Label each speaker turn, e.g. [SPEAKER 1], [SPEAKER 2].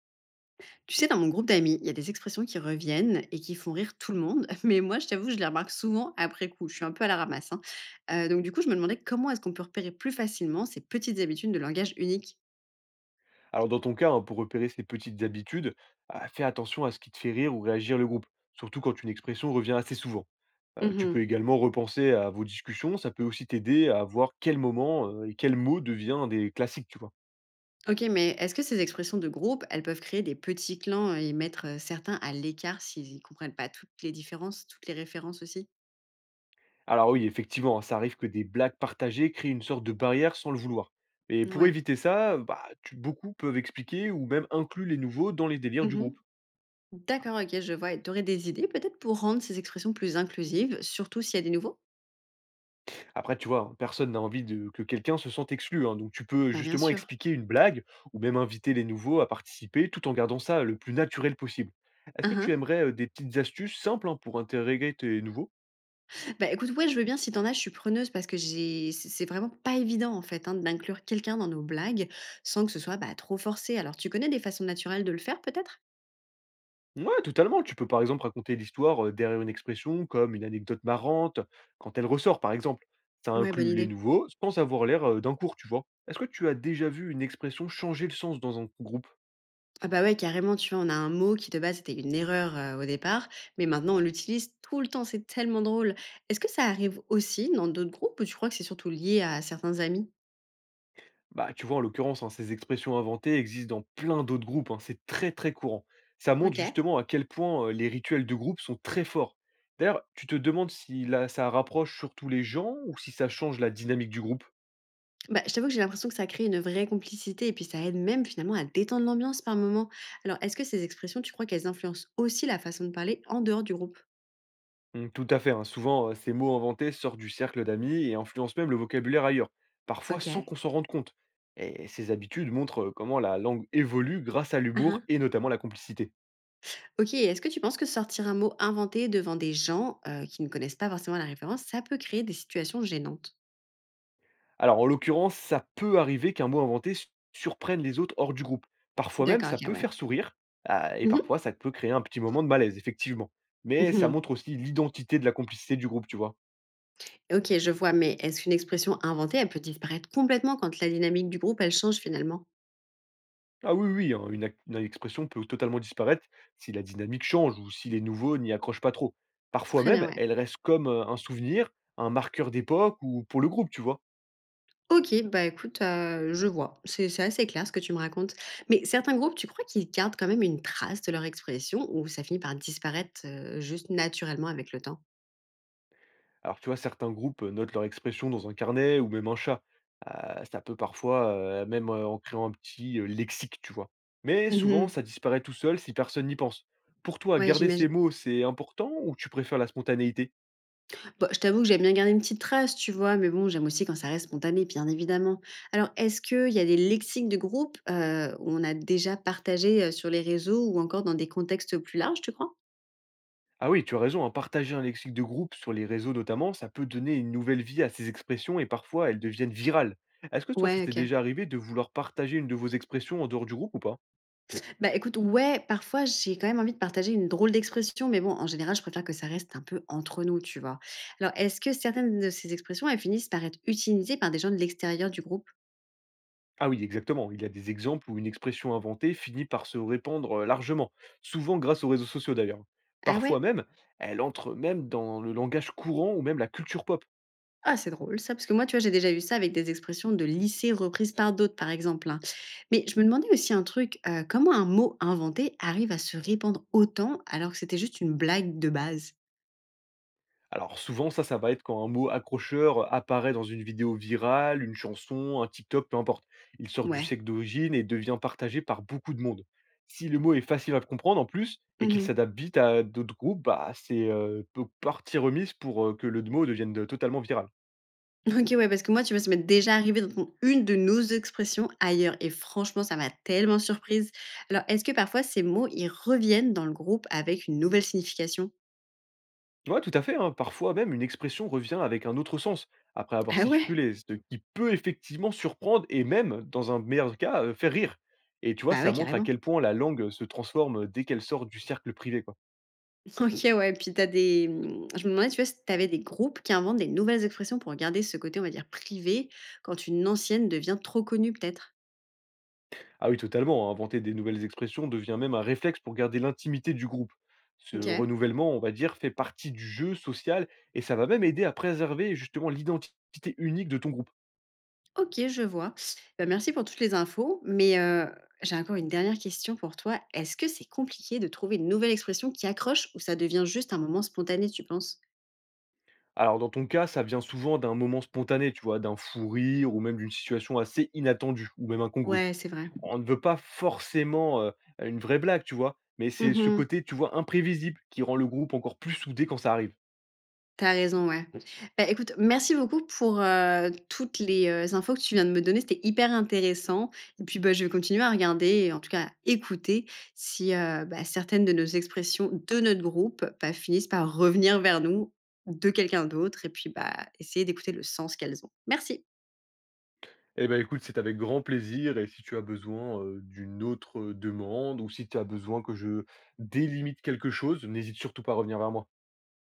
[SPEAKER 1] Tu sais, dans mon groupe d'amis, il y a des expressions qui reviennent et qui font rire tout le monde, mais moi, je t'avoue, je les remarque souvent après coup. Je suis un peu à la ramasse, hein. Donc, du coup, je me demandais comment est-ce qu'on peut repérer plus facilement ces petites habitudes de langage unique.
[SPEAKER 2] Alors dans ton cas, hein, pour repérer ces petites habitudes, ah, fais attention à ce qui te fait rire ou réagir le groupe, surtout quand une expression revient assez souvent. Tu peux
[SPEAKER 1] Mhm.
[SPEAKER 2] également repenser à vos discussions, ça peut aussi t'aider à voir quel moment et quel mot devient un des classiques, tu vois.
[SPEAKER 1] Ok, mais est-ce que ces expressions de groupe, elles peuvent créer des petits clans et mettre certains à l'écart s'ils ne comprennent pas toutes les différences, toutes les références aussi?
[SPEAKER 2] Alors oui, effectivement, hein, ça arrive que des blagues partagées créent une sorte de barrière sans le vouloir. Et pour
[SPEAKER 1] Ouais.
[SPEAKER 2] éviter ça, bah, beaucoup peuvent expliquer ou même inclure les nouveaux dans les délires du
[SPEAKER 1] Mhm.
[SPEAKER 2] groupe.
[SPEAKER 1] D'accord, ok, je vois. Et tu aurais des idées peut-être pour rendre ces expressions plus inclusives, surtout s'il y a des nouveaux?
[SPEAKER 2] Après, tu vois, personne n'a envie de que quelqu'un se sente exclu, hein, donc tu peux
[SPEAKER 1] Bah, bien
[SPEAKER 2] justement
[SPEAKER 1] sûr.
[SPEAKER 2] expliquer une blague ou même inviter les nouveaux à participer tout en gardant ça le plus naturel possible. Est-ce que tu
[SPEAKER 1] Uhum.
[SPEAKER 2] aimerais des petites astuces simples hein, pour intégrer tes nouveaux?
[SPEAKER 1] Bah, écoute, ouais, je veux bien si t'en as, je suis preneuse parce que j'ai c'est vraiment pas évident, en fait, hein, d'inclure quelqu'un dans nos blagues sans que ce soit, bah, trop forcé. Alors, tu connais des façons naturelles de le faire, peut-être?
[SPEAKER 2] Ouais, totalement. Tu peux par exemple raconter l'histoire derrière une expression comme une anecdote marrante quand elle ressort, par exemple. Ça
[SPEAKER 1] Ouais, bonne
[SPEAKER 2] inclut les
[SPEAKER 1] idée.
[SPEAKER 2] nouveaux sans avoir l'air d'un cours, tu vois. Est-ce que tu as déjà vu une expression changer le sens dans un groupe?
[SPEAKER 1] Ah bah ouais, carrément, tu vois, on a un mot qui de base était une erreur au départ, mais maintenant on l'utilise tout le temps, c'est tellement drôle. Est-ce que ça arrive aussi dans d'autres groupes ou tu crois que c'est surtout lié à certains amis?
[SPEAKER 2] Bah, tu vois, en l'occurrence, hein, ces expressions inventées existent dans plein d'autres groupes. Hein, c'est très, très courant. Ça montre
[SPEAKER 1] Ok.
[SPEAKER 2] justement à quel point les rituels de groupe sont très forts. D'ailleurs, tu te demandes si là, ça rapproche surtout les gens ou si ça change la dynamique du groupe?
[SPEAKER 1] Bah, je t'avoue que j'ai l'impression que ça crée une vraie complicité et puis ça aide même finalement à détendre l'ambiance par moment. Alors, est-ce que ces expressions, tu crois qu'elles influencent aussi la façon de parler en dehors du groupe?
[SPEAKER 2] Tout à fait. Hein, souvent, ces mots inventés sortent du cercle d'amis et influencent même le vocabulaire ailleurs, parfois sans
[SPEAKER 1] Ok.
[SPEAKER 2] qu'on s'en rende compte. Et ces habitudes montrent comment la langue évolue grâce à
[SPEAKER 1] Ah ah.
[SPEAKER 2] l'humour et notamment la complicité.
[SPEAKER 1] Ok, et est-ce que tu penses que sortir un mot inventé devant des gens qui ne connaissent pas forcément la référence, ça peut créer des situations gênantes?
[SPEAKER 2] Alors, en l'occurrence, ça peut arriver qu'un mot inventé s surprenne les autres hors du groupe. Parfois même,
[SPEAKER 1] D'accord,
[SPEAKER 2] ça
[SPEAKER 1] ok,
[SPEAKER 2] peut
[SPEAKER 1] ouais.
[SPEAKER 2] faire sourire, ah, et
[SPEAKER 1] Mhm,
[SPEAKER 2] parfois, ça peut créer un petit moment de malaise, effectivement. Mais ça
[SPEAKER 1] mhm.
[SPEAKER 2] montre aussi l'identité de la complicité du groupe, tu vois?
[SPEAKER 1] Ok, je vois, mais est-ce qu'une expression inventée, elle peut disparaître complètement quand la dynamique du groupe, elle change finalement?
[SPEAKER 2] Ah oui, hein, une expression peut totalement disparaître si la dynamique change ou si les nouveaux n'y accrochent pas trop. Parfois
[SPEAKER 1] Très bien,
[SPEAKER 2] même,
[SPEAKER 1] ouais.
[SPEAKER 2] elle reste comme, un souvenir, un marqueur d'époque ou pour le groupe, tu vois?
[SPEAKER 1] OK, bah, écoute, je vois. C'est assez clair ce que tu me racontes. Mais certains groupes, tu crois qu'ils gardent quand même une trace de leur expression ou ça finit par disparaître, juste naturellement avec le temps?
[SPEAKER 2] Alors, tu vois, certains groupes notent leur expression dans un carnet ou même un chat. Ça peut parfois, même en créant un petit lexique, tu vois. Mais souvent,
[SPEAKER 1] Mmh.
[SPEAKER 2] ça disparaît tout seul si personne n'y pense. Pour toi,
[SPEAKER 1] Ouais,
[SPEAKER 2] garder
[SPEAKER 1] j'imagine.
[SPEAKER 2] ces mots, c'est important ou tu préfères la spontanéité?
[SPEAKER 1] Bon, je t'avoue que j'aime bien garder une petite trace, tu vois? Mais bon, j'aime aussi quand ça reste spontané, bien évidemment. Alors, est-ce qu'il y a des lexiques de groupe, où on a déjà partagé, sur les réseaux ou encore dans des contextes plus larges, tu crois?
[SPEAKER 2] Ah oui, tu as raison, hein, partager un lexique de groupe sur les réseaux notamment, ça peut donner une nouvelle vie à ces expressions et parfois elles deviennent virales. Est-ce que toi, ça
[SPEAKER 1] Ouais,
[SPEAKER 2] t'est
[SPEAKER 1] OK.
[SPEAKER 2] déjà arrivé de vouloir partager une de vos expressions en dehors du groupe ou pas?
[SPEAKER 1] Bah, écoute, ouais, parfois, j'ai quand même envie de partager une drôle d'expression, mais bon, en général, je préfère que ça reste un peu entre nous, tu vois? Alors, est-ce que certaines de ces expressions, elles finissent par être utilisées par des gens de l'extérieur du groupe?
[SPEAKER 2] Ah oui, exactement. Il y a des exemples où une expression inventée finit par se répandre largement, souvent grâce aux réseaux sociaux d'ailleurs.
[SPEAKER 1] Ah
[SPEAKER 2] Parfois
[SPEAKER 1] ouais?
[SPEAKER 2] même, elle entre même dans le langage courant ou même la culture pop.
[SPEAKER 1] Ah, c'est drôle ça, parce que moi, tu vois, j'ai déjà eu ça avec des expressions de lycée reprises par d'autres, par exemple, hein. Mais je me demandais aussi un truc, comment un mot inventé arrive à se répandre autant alors que c'était juste une blague de base?
[SPEAKER 2] Alors souvent, ça va être quand un mot accrocheur apparaît dans une vidéo virale, une chanson, un TikTok, peu importe. Il sort du
[SPEAKER 1] Ouais.
[SPEAKER 2] sec d'origine et devient partagé par beaucoup de monde. Si le mot est facile à comprendre en plus et qu'il
[SPEAKER 1] Mmh.
[SPEAKER 2] s'adapte vite à d'autres groupes, bah, c'est partie remise pour que le mot devienne totalement viral.
[SPEAKER 1] OK, ouais, parce que moi, tu vois, ça m'est déjà arrivé d'entendre une de nos expressions ailleurs et franchement, ça m'a tellement surprise. Alors, est-ce que parfois ces mots, ils reviennent dans le groupe avec une nouvelle signification?
[SPEAKER 2] Ouais, tout à fait, hein. Parfois même, une expression revient avec un autre sens, après avoir
[SPEAKER 1] Ah ouais?
[SPEAKER 2] circulé, ce qui peut effectivement surprendre et même, dans un meilleur cas, faire rire. Et tu vois,
[SPEAKER 1] Bah
[SPEAKER 2] ça
[SPEAKER 1] ouais,
[SPEAKER 2] montre à
[SPEAKER 1] carrément.
[SPEAKER 2] quel point la langue se transforme dès qu'elle sort du cercle privé. Quoi.
[SPEAKER 1] OK, ouais, puis t'as des mmh, je me demandais, tu vois, si tu des groupes qui inventent des nouvelles expressions pour garder ce côté, on va dire, privé quand une ancienne devient trop connue peut-être?
[SPEAKER 2] Ah oui, totalement. Hein, inventer des nouvelles expressions devient même un réflexe pour garder l'intimité du groupe. Ce
[SPEAKER 1] OK.
[SPEAKER 2] renouvellement, on va dire, fait partie du jeu social et ça va même aider à préserver justement l'identité unique de ton groupe.
[SPEAKER 1] OK, je vois. Bah, merci pour toutes les infos, mais j'ai encore une dernière question pour toi. Est-ce que c'est compliqué de trouver une nouvelle expression qui accroche ou ça devient juste un moment spontané, tu penses?
[SPEAKER 2] Alors dans ton cas, ça vient souvent d'un moment spontané, tu vois, d'un fou rire ou même d'une situation assez inattendue ou même incongrue.
[SPEAKER 1] Ouais, c'est vrai.
[SPEAKER 2] On ne veut pas forcément une vraie blague, tu vois, mais c'est ce
[SPEAKER 1] Mmh.
[SPEAKER 2] côté, tu vois, imprévisible qui rend le groupe encore plus soudé quand ça arrive.
[SPEAKER 1] T'as raison, ouais. Bah, écoute, merci beaucoup pour, toutes les, infos que tu viens de me donner. C'était hyper intéressant et puis, bah, je vais continuer à regarder et en tout cas à écouter si, bah, certaines de nos expressions de notre groupe, bah, finissent par revenir vers nous de quelqu'un d'autre et puis, bah, essayer d'écouter le sens qu'elles ont. Merci.
[SPEAKER 2] Eh ben écoute, c'est avec grand plaisir et si tu as besoin d'une autre demande ou si tu as besoin que je délimite quelque chose, n'hésite surtout pas à revenir vers moi.